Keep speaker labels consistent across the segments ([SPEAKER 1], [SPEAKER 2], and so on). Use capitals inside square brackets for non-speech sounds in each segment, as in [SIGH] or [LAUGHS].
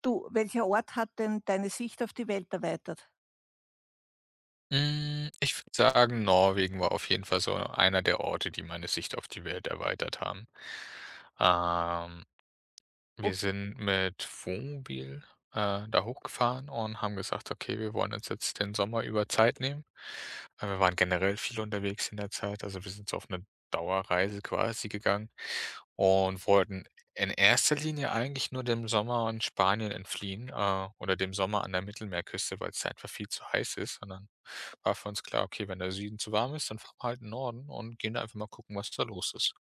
[SPEAKER 1] Du, welcher Ort hat denn deine Sicht auf die Welt erweitert?
[SPEAKER 2] Hm, ich würde sagen, Norwegen war auf jeden Fall so einer der Orte, die meine Sicht auf die Welt erweitert haben. Ähm
[SPEAKER 1] O
[SPEAKER 2] Wir sind mit Wohnmobil, da hochgefahren und haben gesagt: „Okay, wir wollen uns jetzt den Sommer über Zeit nehmen." Wir waren generell viel unterwegs in der Zeit, also wir sind so auf eine Dauerreise quasi gegangen und wollten in erster Linie eigentlich nur dem Sommer in Spanien entfliehen, oder dem Sommer an der Mittelmeerküste, weil es einfach viel zu heiß ist. Und dann war für uns klar: „Okay, wenn der Süden zu warm ist, dann fahren wir halt in den Norden und gehen da einfach mal gucken, was da los ist."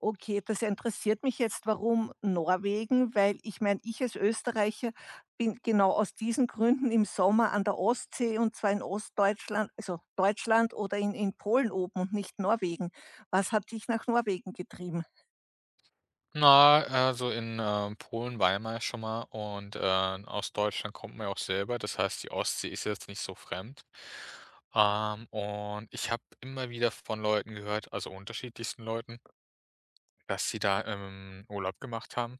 [SPEAKER 1] Okay, das interessiert mich jetzt, warum Norwegen? Weil ich meine, ich als Österreicher bin genau aus diesen Gründen im Sommer an der Ostsee und zwar in Ostdeutschland, also Deutschland oder in Polen oben und nicht Norwegen. Was hat dich nach Norwegen getrieben?
[SPEAKER 2] Na, also in Polen war man ja schon mal und, aus Deutschland kommt man ja auch selber. Das heißt, die Ostsee ist jetzt nicht so fremd. Und ich habe immer wieder von Leuten gehört, also unterschiedlichsten Leuten, dass sie da, Urlaub gemacht haben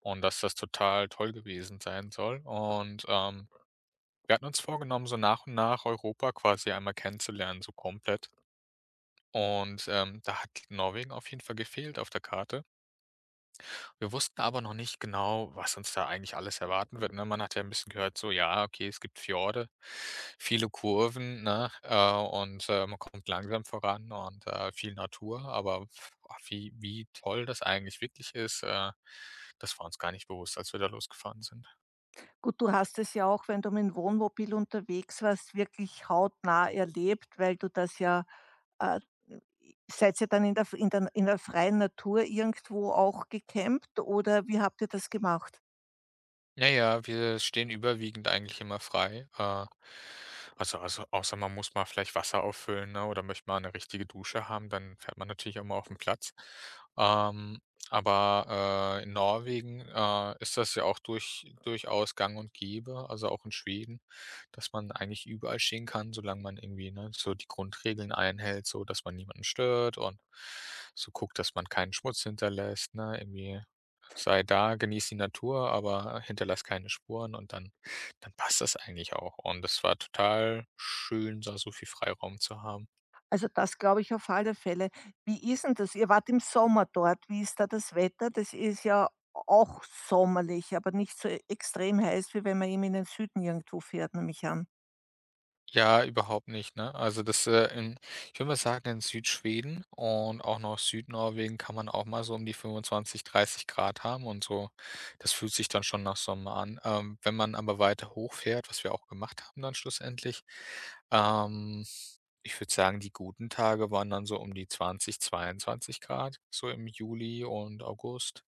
[SPEAKER 2] und dass das total toll gewesen sein soll. Und, wir hatten uns vorgenommen, so nach und nach Europa quasi einmal kennenzulernen, so komplett. Und, da hat Norwegen auf jeden Fall gefehlt auf der Karte. Wir wussten aber noch nicht genau, was uns da eigentlich alles erwarten wird, ne? Man hat ja ein bisschen gehört so, ja, okay, es gibt Fjorde, viele Kurven, ne, und, man kommt langsam voran und, viel Natur, aber boah, wie toll das eigentlich wirklich ist, das war uns gar nicht bewusst, als wir da losgefahren sind.
[SPEAKER 1] Gut, du hast es ja auch, wenn du mit dem Wohnmobil unterwegs warst, wirklich hautnah erlebt, weil du das ja äh, seid ihr dann in der freien Natur irgendwo auch gecampt oder wie habt ihr das gemacht?
[SPEAKER 2] Naja, wir stehen überwiegend eigentlich immer frei. Also, außer man muss mal vielleicht Wasser auffüllen, ne, oder möchte mal eine richtige Dusche haben, dann fährt man natürlich auch mal auf'n Platz. Ähm, aber, in Norwegen, ist das ja auch durchaus gang und gäbe, also auch in Schweden, dass man eigentlich überall stehen kann, solange man irgendwie, ne, so die Grundregeln einhält, so dass man niemanden stört und so guckt, dass man keinen Schmutz hinterlässt, ne, irgendwie. Sei da, genieß die Natur, aber hinterlass keine Spuren und dann passt das eigentlich auch. Und das war total schön, da so viel Freiraum zu haben.
[SPEAKER 1] Also, das glaube ich auf alle Fälle. Wie ist denn das? Ihr wart im Sommer dort. Wie ist da das Wetter? Das ist ja auch sommerlich, aber nicht so extrem heiß, wie wenn man eben in den Süden irgendwo fährt, nämlich an.
[SPEAKER 2] Ja, überhaupt nicht, ne? Also das, in ich würde mal sagen, in Südschweden und auch noch Südnorwegen kann man auch mal so um die 25, 30 Grad haben und so. Das fühlt sich dann schon nach Sommer an. Wenn man aber weiter hochfährt, was wir auch gemacht haben dann schlussendlich, ähm, ich würde sagen, die guten Tage waren dann so um die 20, 22 Grad so im Juli und August.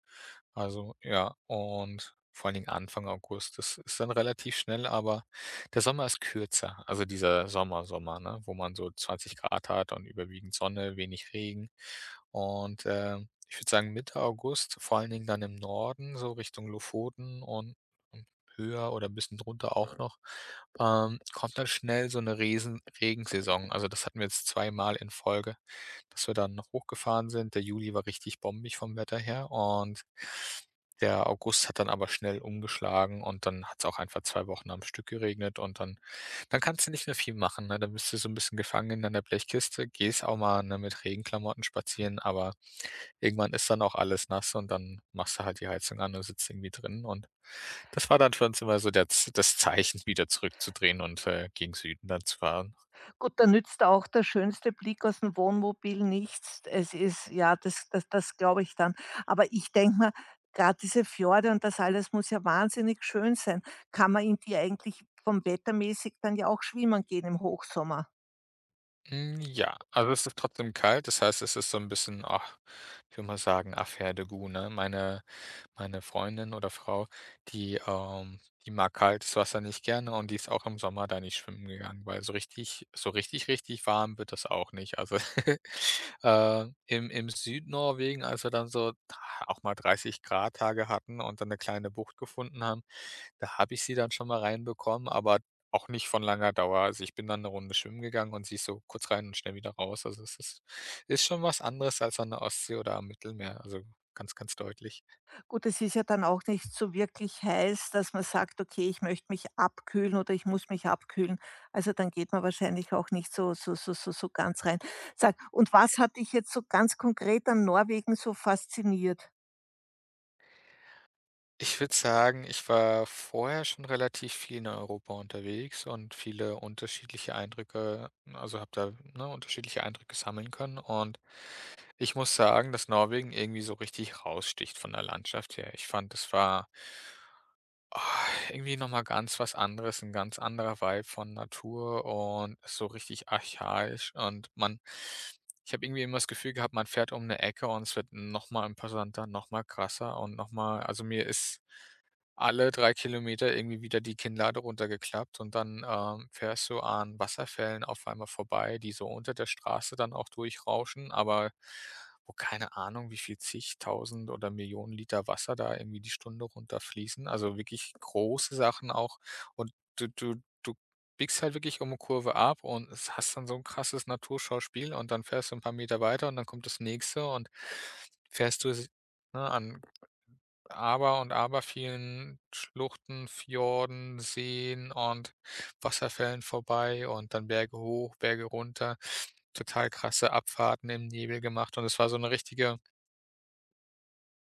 [SPEAKER 2] Also ja, und vor allen Dingen Anfang August. Das ist dann relativ schnell, aber der Sommer ist kürzer, also dieser Sommer-Sommer, ne, wo man so 20 Grad hat und überwiegend Sonne, wenig Regen. Und, ich würde sagen, Mitte August, vor allen Dingen dann im Norden, so Richtung Lofoten und höher oder ein bisschen drunter auch noch, kommt dann schnell so eine riesen Regensaison. Also, das hatten wir jetzt zweimal in Folge, dass wir dann hochgefahren sind. Der Juli war richtig bombig vom Wetter her und der August hat dann aber schnell umgeschlagen und dann hat es auch einfach 2 Wochen am Stück geregnet und dann kannst du nicht mehr viel machen, ne? Dann bist du so ein bisschen gefangen in der Blechkiste, gehst auch mal, ne, mit Regenklamotten spazieren, aber irgendwann ist dann auch alles nass und dann machst du halt die Heizung an und sitzt irgendwie drin, und das war dann für uns immer so der Z das Zeichen, wieder zurückzudrehen und, gegen Süden dann zu fahren.
[SPEAKER 1] Gut, da nützt auch der schönste Blick aus dem Wohnmobil nichts. Es ist ja, das glaube ich dann. Aber ich denke mal, gerade diese Fjorde und das alles muss ja wahnsinnig schön sein. Kann man in die eigentlich vom wettermäßig dann ja auch schwimmen gehen im Hochsommer?
[SPEAKER 2] Hm, ja, also es ist trotzdem kalt, das heißt, es ist so ein bisschen, ach, ich will mal sagen, Affaire de goût, ne? Meine Freundin oder Frau, die, die mag kaltes Wasser nicht gerne und die ist auch im Sommer da nicht schwimmen gegangen, weil so richtig, richtig warm wird das auch nicht. Also, [LAUGHS] im Südnorwegen, als wir dann so, auch mal 30 Grad Tage hatten und dann eine kleine Bucht gefunden haben, da habe ich sie dann schon mal reinbekommen, aber auch nicht von langer Dauer. Also, ich bin dann eine Runde schwimmen gegangen und sie ist so kurz rein und schnell wieder raus. Also, es ist schon was anderes als an der Ostsee oder am Mittelmeer, also ganz, ganz deutlich.
[SPEAKER 1] Gut, es ist ja dann auch nicht so wirklich heiß, dass man sagt: „Okay, ich möchte mich abkühlen oder ich muss mich abkühlen.“ Also, dann geht man wahrscheinlich auch nicht so ganz rein. Sag, und was hat dich jetzt so ganz konkret an Norwegen so fasziniert?
[SPEAKER 2] Ich würde sagen, ich war vorher schon relativ viel in Europa unterwegs und viele unterschiedliche Eindrücke, also, habe da, ne, unterschiedliche Eindrücke sammeln können, und ich muss sagen, dass Norwegen irgendwie so richtig raussticht von der Landschaft her. Ich fand, es war irgendwie noch mal ganz was anderes, ein ganz anderer Vibe von Natur und so richtig archaisch, und man ich habe irgendwie immer das Gefühl gehabt, man fährt um eine Ecke und es wird noch mal imposanter, noch mal krasser und noch mal. Also, mir ist alle 3 Kilometer irgendwie wieder die Kinnlade runtergeklappt und dann, fährst du an Wasserfällen auf einmal vorbei, die so unter der Straße dann auch durchrauschen, aber wo keine Ahnung, wie viel zigtausend oder Millionen Liter Wasser da irgendwie die Stunde runterfließen. Also, wirklich große Sachen auch, und du du du biegst halt wirklich um eine Kurve ab und es hast dann so ein krasses Naturschauspiel und dann fährst du ein paar Meter weiter und dann kommt das Nächste, und fährst du s ne, an aber und aber vielen Schluchten, Fjorden, Seen und Wasserfällen vorbei und dann Berge hoch, Berge runter. Total krasse Abfahrten im Nebel gemacht und es war so 'ne richtige,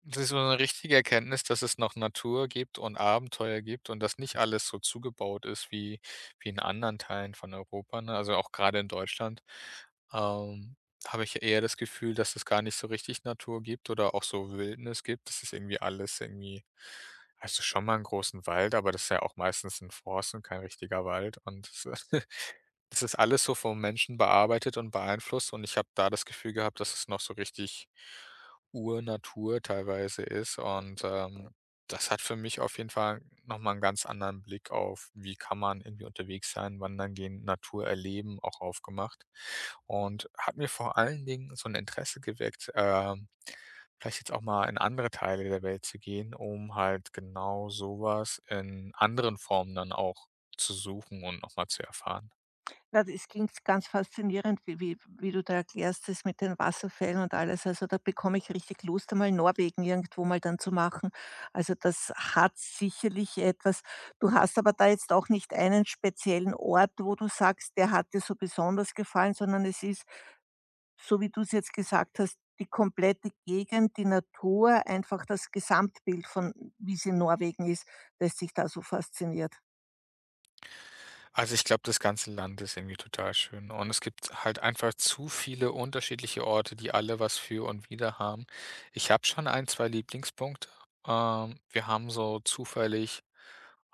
[SPEAKER 2] das ist so eine richtige Erkenntnis, dass es noch Natur gibt und Abenteuer gibt und dass nicht alles so zugebaut ist wie wie in anderen Teilen von Europa, ne? Also, auch gerade in Deutschland, ähm, habe ich eher das Gefühl, dass es gar nicht so richtig Natur gibt oder auch so Wildnis gibt. Das ist irgendwie alles irgendwie. Hast du schon mal einen großen Wald, aber das ist ja auch meistens ein Forst und kein richtiger Wald, und das. [LAUGHS] Das ist alles so vom Menschen bearbeitet und beeinflusst, und ich habe da das Gefühl gehabt, dass es noch so richtig Urnatur teilweise ist, und, das hat für mich auf jeden Fall noch mal 'n ganz anderen Blick auf, wie kann man irgendwie unterwegs sein, wandern gehen, Natur erleben, auch aufgemacht, und hat mir vor allen Dingen so ein Interesse geweckt, vielleicht jetzt auch mal in andere Teile der Welt zu gehen, um halt genau sowas in anderen Formen dann auch zu suchen und noch mal zu erfahren.
[SPEAKER 1] Ja, das klingt ganz faszinierend, wie du da erklärst, das mit den Wasserfällen und alles. Also, da bekomme ich richtig Lust, einmal Norwegen irgendwo mal dann zu machen. Also, das hat sicherlich etwas. Du hast aber da jetzt auch nicht einen speziellen Ort, wo du sagst, der hat dir so besonders gefallen, sondern es ist, so wie du es jetzt gesagt hast, die komplette Gegend, die Natur, einfach das Gesamtbild von wie's in Norwegen ist, das dich da so fasziniert.
[SPEAKER 2] Also, ich glaube, das ganze Land ist irgendwie total schön und es gibt halt einfach zu viele unterschiedliche Orte, die alle was für und wider haben. Ich habe schon ein, 2 Lieblingspunkte. Wir haben so zufällig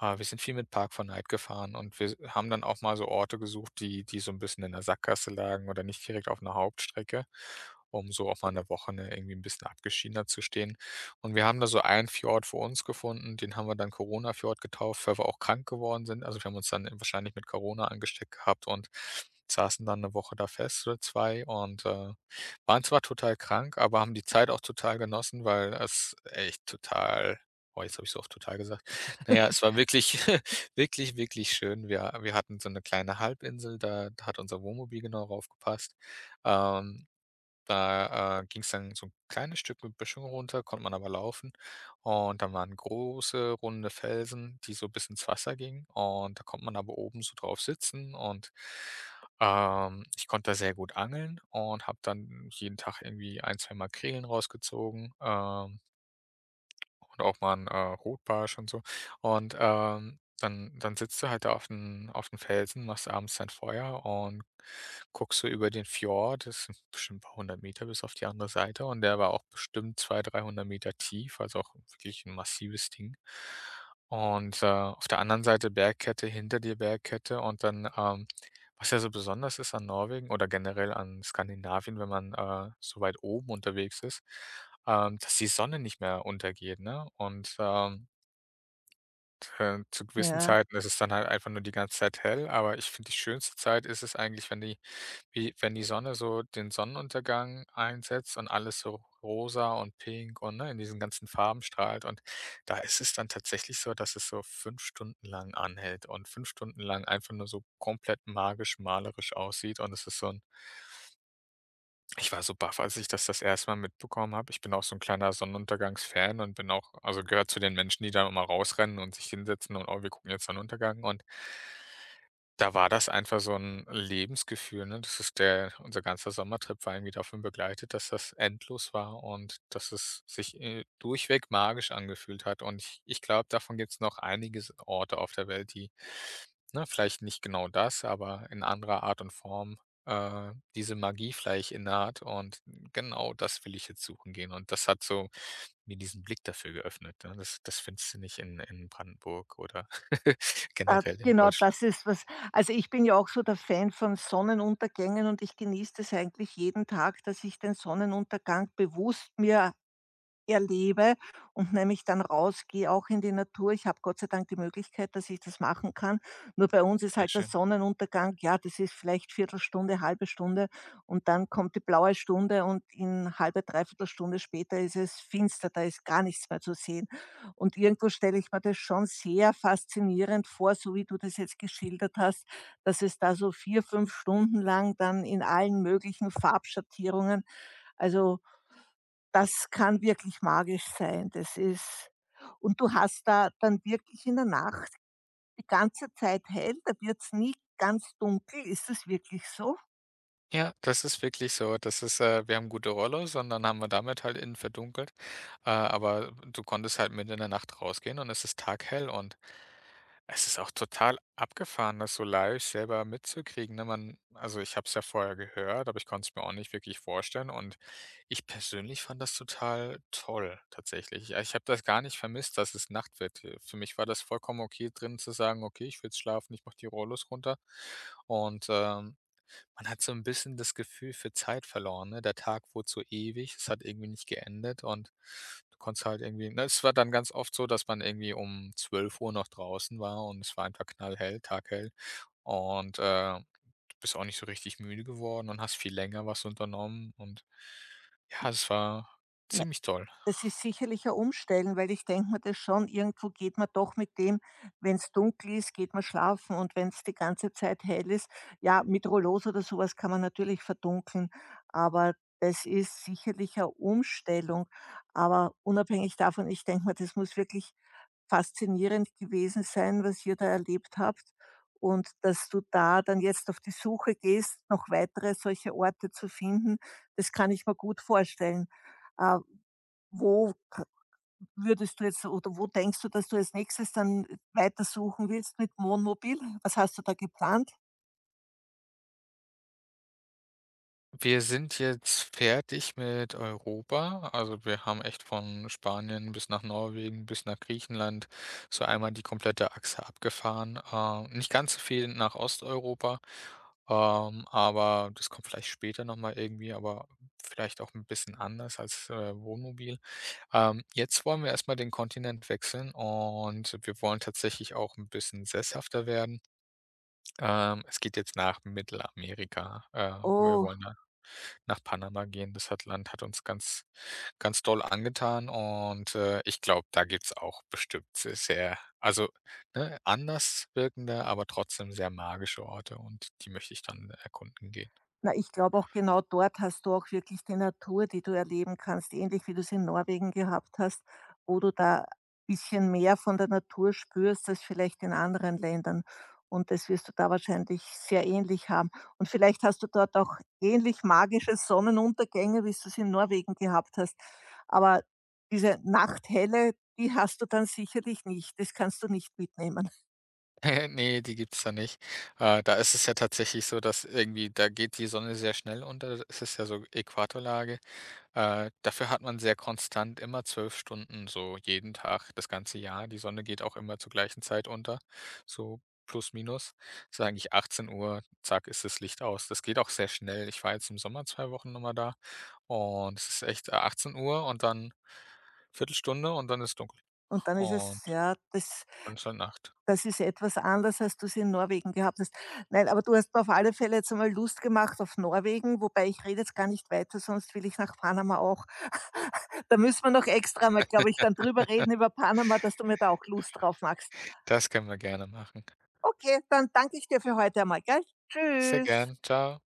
[SPEAKER 2] Wir sind viel mit Park 4 Night gefahren und wir haben dann auch mal so Orte gesucht, die so ein bisschen in der Sackgasse lagen oder nicht direkt auf einer Hauptstrecke, um so auch mal eine Woche, ne, irgendwie ein bisschen abgeschiedener zu stehen. Und wir haben da so einen Fjord für uns gefunden, den haben wir dann Corona-Fjord getauft, weil wir auch krank geworden sind. Also, wir haben uns dann wahrscheinlich mit Corona angesteckt gehabt und saßen dann eine Woche da fest oder 2 und, waren zwar total krank, aber haben die Zeit auch total genossen, weil es echt total. Oh, jetzt habe ich so oft total gesagt. Naja, es war wirklich, [LAUGHS] wirklich, wirklich schön. Wir hatten so eine kleine Halbinsel, da hat unser Wohnmobil genau drauf gepasst. Ähm, Da, ging es dann so ein kleines Stück mit Böschung runter, konnte man aber laufen. Und da waren große, runde Felsen, die so bis ins Wasser gingen. Und da konnte man aber oben so drauf sitzen, und, ich konnte da sehr gut angeln und habe dann jeden Tag irgendwie ein, zwei Makrelen rausgezogen. Und auch mal ein Rotbarsch und so. Und, dann sitzt du halt da auf 'n Felsen, machst abends dein Feuer und guckst so über den Fjord. Das sind bestimmt ein paar hundert Meter bis auf die andere Seite, und der war auch bestimmt 200, 300 Meter tief, also auch wirklich ein massives Ding. Und, auf der anderen Seite Bergkette, hinter dir Bergkette und dann, was ja so besonders ist an Norwegen oder generell an Skandinavien, wenn man, so weit oben unterwegs ist, dass die Sonne nicht mehr untergeht, ne? Zu gewissen
[SPEAKER 1] Ja.
[SPEAKER 2] Zeiten ist es dann halt einfach nur die ganze Zeit hell, aber ich finde, die schönste Zeit ist es eigentlich, wenn die Sonne so den Sonnenuntergang einsetzt und alles so rosa und pink und, ne, in diesen ganzen Farben strahlt, und da ist es dann tatsächlich so, dass es so 5 Stunden lang anhält und 5 Stunden lang einfach nur so komplett magisch malerisch aussieht, und es ist so ein ich war so baff, als ich das 1. Mal mitbekommen habe. Ich bin auch so ein kleiner Sonnenuntergangsfan und bin auch, also, gehöre zu den Menschen, die da immer rausrennen und sich hinsetzen und: „Oh, wir gucken jetzt Sonnenuntergang“, und da war das einfach so 'n Lebensgefühl, ne? Das ist der Unser ganzer Sommertrip war irgendwie davon begleitet, dass das endlos war und dass es sich, durchweg magisch angefühlt hat. Und ich glaube, davon gibt's noch einige s Orte auf der Welt, die, ne, vielleicht nicht genau das, aber in anderer Art und Form, diese Magie vielleicht innehat. Und genau das will ich jetzt suchen gehen. Und das hat so mir diesen Blick dafür geöffnet, ne? Das findest du nicht in Brandenburg oder [LAUGHS]
[SPEAKER 1] Ah,
[SPEAKER 2] generell in
[SPEAKER 1] genau
[SPEAKER 2] Deutschland.
[SPEAKER 1] das ist was also, ich bin ja auch so der Fan von Sonnenuntergängen und ich genieße das eigentlich jeden Tag, dass ich den Sonnenuntergang bewusst mir erlebe und nämlich dann rausgehe, auch in die Natur. Ich habe Gott sei Dank die Möglichkeit, dass ich das machen kann. Nur bei uns ist
[SPEAKER 2] Sehr
[SPEAKER 1] halt der
[SPEAKER 2] schön.
[SPEAKER 1] Sonnenuntergang, ja, das ist vielleicht Viertelstunde, halbe Stunde und dann kommt die blaue Stunde und in halbe, dreiviertel Stunde später ist es finster, da ist gar nichts mehr zu sehen. Und irgendwo stelle ich mir das schon sehr faszinierend vor, so wie du das jetzt geschildert hast, dass es da so 4, 5 Stunden lang dann in allen möglichen Farbschattierungen, also das kann wirklich magisch sein. Das ist, und du hast da dann wirklich in der Nacht die ganze Zeit hell, da wird es nie ganz dunkel. Ist es wirklich so?
[SPEAKER 2] Ja, das ist wirklich so. Das ist, wir haben gute Rollos und dann haben wir damit halt innen verdunkelt. Aber du konntest halt mitten in der Nacht rausgehen und es ist taghell, und es ist auch total abgefahren, das so live selber mitzukriegen, ne? Man Also, ich habe es ja vorher gehört, aber ich konnte es mir auch nicht wirklich vorstellen, und ich persönlich fand das total toll tatsächlich. Ja, ich habe das gar nicht vermisst, dass es Nacht wird. Für mich war das vollkommen okay, drin zu sagen: „Okay, ich will jetzt schlafen, ich mache die Rollos runter.“ Und, ähm Man hat so ein bisschen das Gefühl für Zeit verloren, ne? Der Tag wurde so ewig, es hat irgendwie nicht geendet, und du konntest halt irgendwie, ne, es war dann ganz oft so, dass man irgendwie um 12 Uhr noch draußen war und es war einfach knallhell, taghell, und, du bist auch nicht so richtig müde geworden und hast viel länger was unternommen, und ja, es war ziemlich toll.
[SPEAKER 1] Das ist sicherlich ein Umstellen, weil ich denke mir das schon, irgendwo geht man doch mit dem, wenn es dunkel ist, geht man schlafen, und wenn es die ganze Zeit hell ist, ja, mit Rollos oder sowas kann man natürlich verdunkeln, aber das ist sicherlich eine Umstellung. Aber unabhängig davon, ich denke mir, das muss wirklich faszinierend gewesen sein, was ihr da erlebt habt, und dass du da dann jetzt auf die Suche gehst, noch weitere solche Orte zu finden, das kann ich mir gut vorstellen. Äh, wo k würdest du jetzt oder wo denkst du, dass du als Nächstes dann weitersuchen willst mit Wohnmobil? Was hast du da geplant?
[SPEAKER 2] Wir sind jetzt fertig mit Europa. Also wir haben echt von Spanien bis nach Norwegen, bis nach Griechenland so einmal die komplette Achse abgefahren. Nicht ganz so viel nach Osteuropa, aber das kommt vielleicht später nochmal irgendwie, aber vielleicht auch ein bisschen anders als Wohnmobil. Jetzt wollen wir erstmal den Kontinent wechseln und wir wollen tatsächlich auch ein bisschen sesshafter werden. Es geht jetzt nach Mittelamerika. Wir
[SPEAKER 1] Oh,
[SPEAKER 2] wollen nach Panama gehen. Das hat Land hat uns ganz, ganz doll angetan, und, ich glaube, da gibt's auch bestimmt se sehr, also, ne, anders wirkende, aber trotzdem sehr magische Orte, und die möchte ich dann erkunden gehen.
[SPEAKER 1] na, ich glaube auch genau dort hast du auch wirklich die Natur, die du erleben kannst, ähnlich wie du es in Norwegen gehabt hast, wo du da ein bisschen mehr von der Natur spürst als vielleicht in anderen Ländern. Und das wirst du da wahrscheinlich sehr ähnlich haben. Und vielleicht hast du dort auch ähnlich magische Sonnenuntergänge, wie du es in Norwegen gehabt hast. Aber diese Nachthelle, die hast du dann sicherlich nicht. Das kannst du nicht mitnehmen.
[SPEAKER 2] [LAUGHS] Ne, die gibt's da nicht. Da ist es ja tatsächlich so, dass irgendwie da geht die Sonne sehr schnell unter. Es ist ja so Äquatorlage. Dafür hat man sehr konstant immer 12 Stunden, so jeden Tag, das ganze Jahr. Die Sonne geht auch immer zur gleichen Zeit unter, so plus minus. Ist eigentlich 18 Uhr, zack, ist das Licht aus. Das geht auch sehr schnell. Ich war jetzt im Sommer 2 Wochen noch mal da, und es ist echt, 18 Uhr und dann Viertelstunde und dann ist dunkel,
[SPEAKER 1] Und dann ist
[SPEAKER 2] und
[SPEAKER 1] es ja, das,
[SPEAKER 2] dann ist halt Nacht.
[SPEAKER 1] das ist etwas anders, als du's in Norwegen gehabt hast. Nein, aber du hast mir auf alle Fälle jetzt einmal Lust gemacht auf Norwegen, wobei ich rede jetzt gar nicht weiter, sonst will ich nach Panama auch. Da müssen wir noch extra mal, glaube ich, dann drüber reden über Panama, dass du mir da auch Lust drauf machst.
[SPEAKER 2] Das können wir gerne machen.
[SPEAKER 1] Okay, dann danke ich dir für heute einmal, gell?
[SPEAKER 2] Sehr
[SPEAKER 1] Tschüss.
[SPEAKER 2] gern. Tschau.